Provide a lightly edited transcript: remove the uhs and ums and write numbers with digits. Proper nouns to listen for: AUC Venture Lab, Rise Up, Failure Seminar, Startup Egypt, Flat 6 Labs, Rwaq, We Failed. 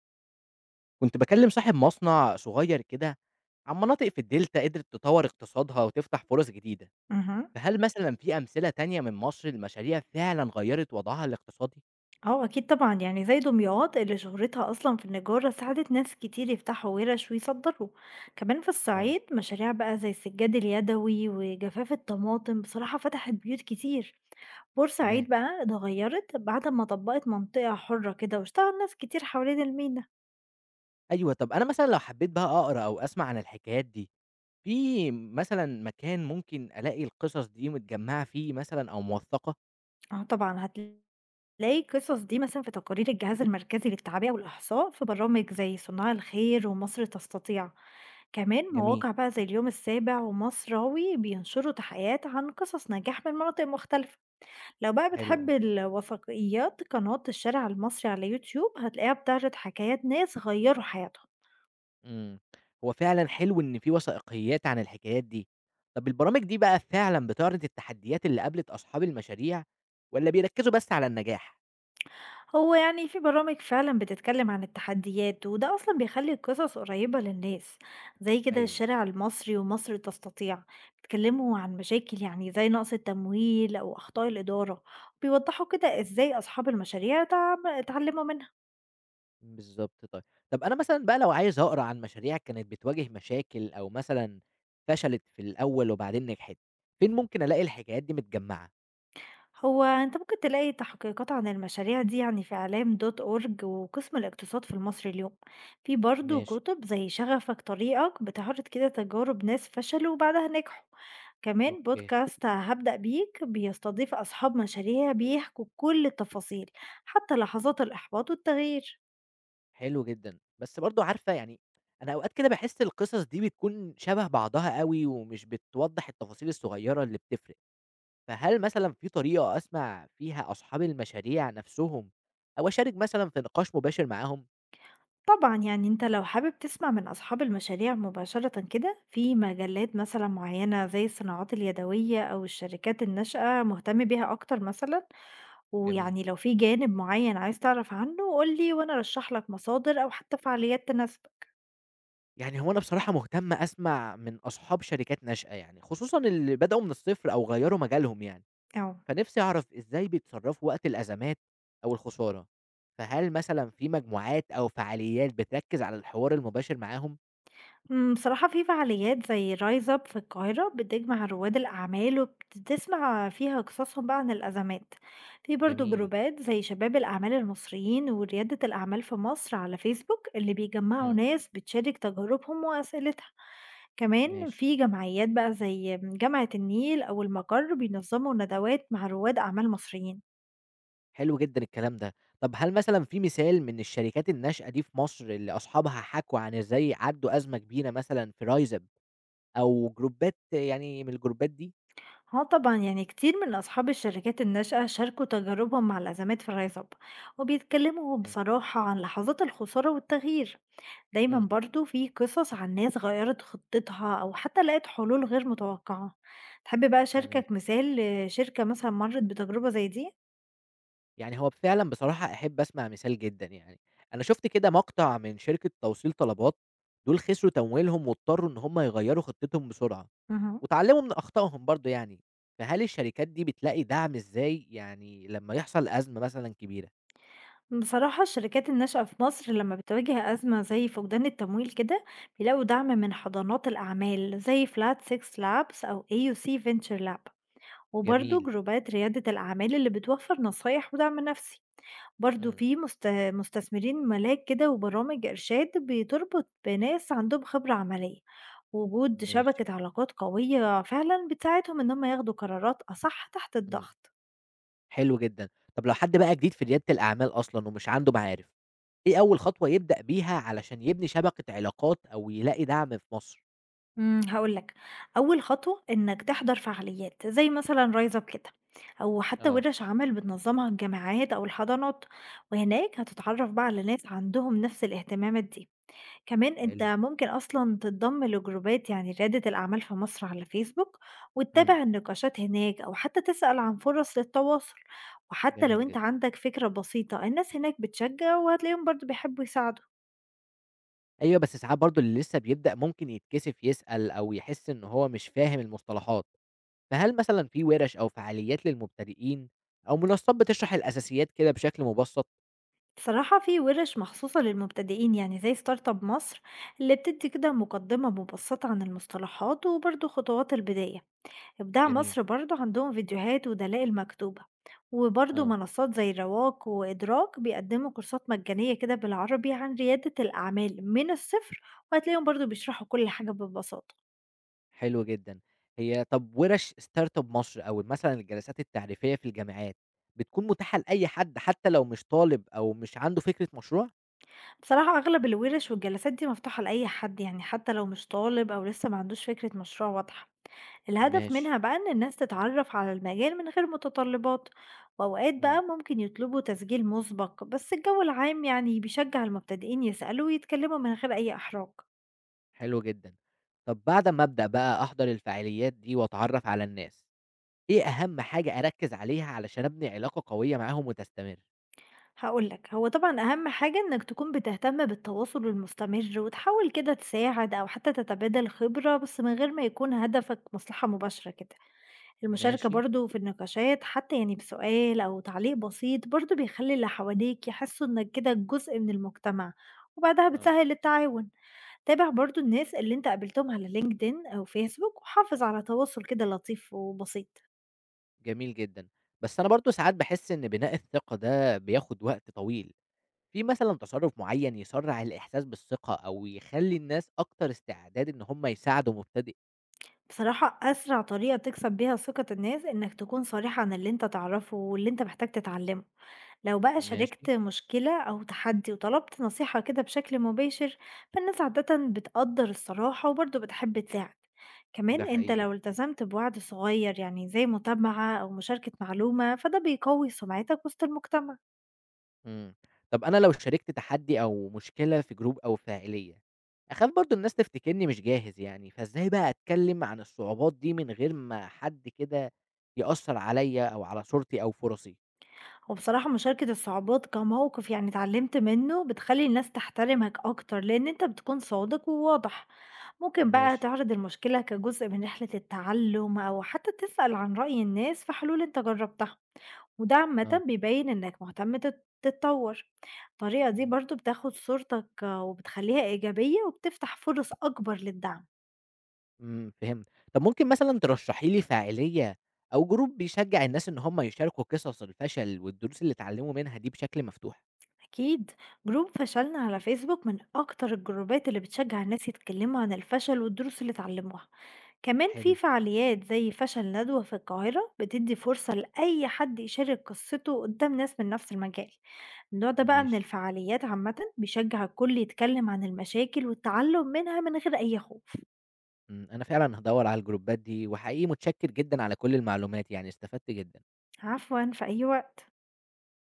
كنت باكلم صاحب مصنع صغير كده عن مناطق في الدلتا قدرت تطور اقتصادها وتفتح فرص جديدة، اهم. فهل مثلًا في أمثلة تانية من مصر لمشاريع فعلًا غيّرت وضعها الاقتصادي؟ آه، أكيد طبعًا، يعني زي دمياط اللي شهرتها أصلًا في النجارة ساعدت ناس كتير يفتحوا ورش ويصدروا، كمان في آه، الصعيد مشاريع بقى زي السجاد اليدوي وجفاف الطماطم بصراحة فتحت بيوت كتير، تمام. بورسعيد بقى اتغيرت بعد ما طبقت منطقة حرة كده واشتغل ناس كتير حوالين المينا. أيوه، طب أنا مثلًا لو حبيت بقى أقرا أو أسمع عن الحكايات دي، في مثلًا مكان ممكن ألاقي القصص دي متجمّعة فيه مثلًا أو موثّقة؟ آه طبعًا هتلاقي القصص دي مثلًا في تقارير الجهاز المركزي للتعبئة والإحصاء في برامج زي صناع الخير ومصر تستطيع. كمان جميل، مواقع بقى زي اليوم السابع ومصراوي بينشروا تحقيقات عن قصص نجاح من مناطق مختلفة. لو بقى حلو. بتحب الوثائقيات قناة الشارع المصري على يوتيوب هتلاقيها بتعرض حكايات ناس غيروا حياتهم. إمم، هو فعلًا حلو إن في وثائقيات عن الحكايات دي. طب البرامج دي بقى فعلًا بتعرض التحديات اللي قابلت أصحاب المشاريع والّا بيركّزوا بس على النجاح؟ هو يعني في برامج فعلا بتتكلم عن التحديات وده أصلا بيخلي القصص قريبة للناس زي كده أيوه. الشارع المصري ومصر تستطيع، بيتكلموا عن مشاكل يعني زي نقص التمويل أو أخطاء الإدارة، بيوضحوا كده إزاي أصحاب المشاريع اتعلموا منها. بالضبط طيب. طب أنا مثلًا بقى لو عايز أقرا عن مشاريع كانت بتواجه مشاكل أو مثلًا فشلت في الأول وبعدين نجحت، فين ممكن ألاقي الحكايات دي متجمّعة؟ هو أنت ممكن تلاقي تحقيقات عن المشاريع دي يعني في إعلام دوت أورج وقسم الاقتصاد في المصري اليوم، في برضو ماشي، كتب زي شغفك طريقك بتعرض كده تجارب ناس فشلوا وبعدها نجحوا. كمان أوكي. بودكاست هبدأ بيك بيستضيف أصحاب مشاريع بيحكوا كل التفاصيل حتى لحظات الإحباط والتغيير. حلو جدًا. بس برضه عارفة يعني أنا أوقات كده باحس القصص دي بتكون شبه بعضها أوي ومش بتوضّح التفاصيل الصغيّرة اللي بتفرق. فهل مثلًا في طريقة أسمع فيها أصحاب المشاريع نفسهم، أو أشارك مثلًا في نقاش مباشر معاهم؟ طبعا يعني انت لو حابب تسمع من أصحاب المشاريع مباشرة كده في مجلات مثلا معينة زي الصناعات اليدوية أو الشركات الناشئة مهتم بيها أكتر مثلا، جميل. ويعني لو في جانب معين عايز تعرف عنه قُل لي وأنا أرشّح لك مصادر أو حتى فعاليات تناسبك. يعني هو أنا بصراحة مهتم أسمع من أصحاب شركات ناشئة يعني، خصوصًا اللي بدأوا من الصفر أو غيّروا مجالهم يعني، آه. فنفسي أعرف إزاي بيتصرفوا وقت الأزمات أو الخسارة، فهل مثلًا في مجموعات أو فعاليات بتركز على الحوار المباشر معاهم؟ بصراحة في فعاليات زي Rise Up في القاهرة بتجمع رواد الأعمال وبتسمع فيها قصصهم بقى عن الأزمات. في برضه جميل، جروبات زي شباب الأعمال المصريين وريادة الأعمال في مصر على فيسبوك اللي بيجمعوا إمم، ناس بتشارك تجاربهم وأسئلتها. كمان ماشي. في جمعيات بقى زي جامعة النيل أو المَجَر بينظموا ندوات مع رواد أعمال مصريين. حلو جدًا الكلام ده. طب هل مثلًا في مثال من الشركات الناشئة دي في مصر اللي أصحابها حكوا عن إزاي عدّوا أزمة كبيرة مثلًا في Rise Up أو جروبات يعني من الجروبات دي؟ اه طبعا يعني كتير من أصحاب الشركات الناشئة شاركوا تجاربهم مع الأزمات في الرايز اب، وبيتكلموا تمام. بصراحة عن لحظات الخسارة والتغيير. دايما إمم، برضو في قصص عن ناس غيرت خطتها أو حتى لقت حلول غير متوقعة. تحب بقى تمام. أشاركك مثال شركة مثلا مرت بتجربة زي دي؟ يعني هو فعلًا بصراحة أحب أسمع مثال جدًا يعني. أنا شُفت كده مقطع من شركة توصيل طلبات، دول خسروا تمويلهم واضطروا إن هم يغيّروا خطتهم بسرعة مهم. واتعلموا من أخطائهم برضه يعني. فهل الشركات دي بتلاقي دعم إزاي يعني لمّا يحصل أزمة مثلًا كبيرة؟ بصراحة الشركات الناشئة في مصر لما بتواجه أزمة زي فقدان التمويل كده بيلاقوا دعم من حضانات الأعمال زي فلات 6 لابس أو AUC Venture Lab، وبرضه جميل، جروبات ريادة الأعمال اللي بتوفر نصايح ودعم نفسي. برضه إمم، في مستثمرين ملاك كده وبرامج إرشاد بتربط بناس عندهم خبرة عملية. وجود ماشي. شبكة علاقات قوية فعلا بتساعدهم إن هم ياخدوا قرارات أصح تحت إمم، الضغط. حلو جدًا. طب لو حد بقى جديد في ريادة الأعمال أصلًا ومش عنده معارف، إيه أول خطوة يبدأ بيها علشان يبني شبكة علاقات أو يلاقي دعم في مصر؟ هقولك أول خطوة إنك تحضر فعاليات زي مثلا رايز أب كده أو حتى آه، ورش عمل بتنظمها الجامعات أو الحضانات، وهناك هتتعرف بقى على ناس عندهم نفس الاهتمامات دي. كمان أنت حلو، ممكن أصلًا تنضم لجروبات يعني ريادة الأعمال في مصر على فيسبوك، إمم، وتتابع النقاشات هناك أو حتى تسأل عن فرص للتواصل، وحتى لو جميل أنت جدًا. عندك فكرة بسيطة الناس هناك بتشجع وهتلاقيهم برضه بيحبوا يساعدوا. أيوه، بس ساعات برضه اللي لسه بيبدأ ممكن يتكسف يسأل أو يحس إن هو مش فاهم المصطلحات، فهل مثلًا في ورش أو فعاليات للمبتدئين أو منصات بتشرح الأساسيات كده بشكل مبسط؟ بصراحة في ورش مخصوصة للمبتدئين يعني زي ستارت اب مصر اللي بتدي كده مقدمة مبسطة عن المصطلحات وبرضه خطوات البداية. إبداع جميل، مصر برضو عندهم فيديوهات ودلائل مكتوبة، وبرضو آه. منصات زي رواق وإدراك بيقدموا كورسات مجانية كده بالعربي عن ريادة الأعمال من الصفر، وهتلاقيهم برضو بيشرحوا كل حاجة ببساطة. حلو جدًا. هي طب وِرَش startup مصر أو مثلًا الجلسات التعريفية في الجامعات، بتكون متاحة لأي حد حتى لو مش طالب أو مش عنده فكرة مشروع؟ بصراحة أغلب الورش والجلسات دي مفتوحة لأي حد يعني حتى لو مش طالب أو لسه ما عندوش فكرة مشروع واضحة. الهدف ماشي، منها بقى إن الناس تتعرف على المجال من غير متطلبات، وأوقات إمم، بقى ممكن يطلبوا تسجيل مسبق بس الجو العام يعني بيشجع المبتدئين يسألوا ويتكلموا من غير أي إحراج. حلو جدًا. طب بعد أمّا أبدأ بقى أحضر الفعاليات دي وأتعرّف على الناس، إيه أهم حاجة أركّز عليها علشان أبني علاقة قوية معاهم وتستمر؟ هاقول لك، هو طبعًا أهم حاجة إنك تكون بتهتم بالتواصل المستمر، وتحاول كده تساعد أو حتى تتبادل خبرة، بس من غير ما يكون هدفك مصلحة مباشرة كده. المشاركة ماشي، برضه في النقاشات حتى يعني بسؤال أو تعليق بسيط، برضه بيخلّي اللي حواليك يحسوا إنك كده جزء من المجتمع، وبعدها آه، بتسهّل التعاون. تابع برضه الناس اللي أنت قابلتهم على LinkedIn أو Facebook، وحافظ على تواصل كده لطيف وبسيط. جميل جدًا. بس أنا برضه ساعات باحس إن بناء الثقة ده بياخد وقت طويل. في مثلًا تصرُّف معيّن يسرّع الإحساس بالثقة أو يخلّي الناس أكتر استعداد إن هم يساعدوا مبتدئ؟ بصراحة أسرع طريقة تكسب بيها ثقة الناس إنك تكون صريح عن اللي أنت تعرفه واللي أنت محتاج تتعلمه. لو بقى ماشي، شاركت مشكلة أو تحدي وطلبت نصيحة كده بشكل مباشر فالناس عادة بتقدر الصراحة وبرضه بتحب تساعد. كمان ده أنت حقيقي. لو التزمت بوعد صغير يعني زي متابعة أو مشاركة معلومة فده بيقوي سمعتك وسط المجتمع. إمم. طب أنا لو شاركت تحدّي أو مشكلة في جروب أو في عيلية، أخاف برضه الناس تفتكرني مش جاهز يعني، فإزاي بقى أتكلّم عن الصعوبات دي من غير ما حد كده يأثّر عليّا أو على صورتي أو فرصي؟ هو بصراحة مشاركة الصعوبات كموقف يعني اتعلمت منه بتخلي الناس تحترمك أكتر لأن أنت بتكون صادق وواضح. ممكن بقى ماشي، تعرض المشكلة كجزء من رحلة التعلم أو حتى تسأل عن رأي الناس في حلول أنت جربتها، وده آه. عامة بيبين إنك مهتم تتطور. الطريقة دي إمم. برضو بتاخد صورتك وبتخليها إيجابية وبتفتح فرص أكبر للدعم. إمم، فهمت. طب ممكن مثلًا ترشحي لي فعالية أو جروب بيشجّع الناس إن هم يشاركوا قصص الفشل والدروس اللي اتعلموا منها دي بشكل مفتوح؟ أكيد، جروب فشلنا على فيسبوك من أكتر الجروبات اللي بتشجع الناس يتكلموا عن الفشل والدروس اللي اتعلموها. كمان في حلو، فعاليات زي فشل ندوة في القاهرة بتدي فرصة لأي حد يشارك قصته قدام ناس من نفس المجال. النوع ده بقى من ماشي. الفعاليات عامة بيشجع الكل يتكلم عن المشاكل والتعلم منها من غير أي خوف. إمم، أنا فعلًا هادوّر على الجروبات دي، وحقيقي متشكر جدًا على كل المعلومات، يعني استفدت جدًا. عفوا، في أي وقت.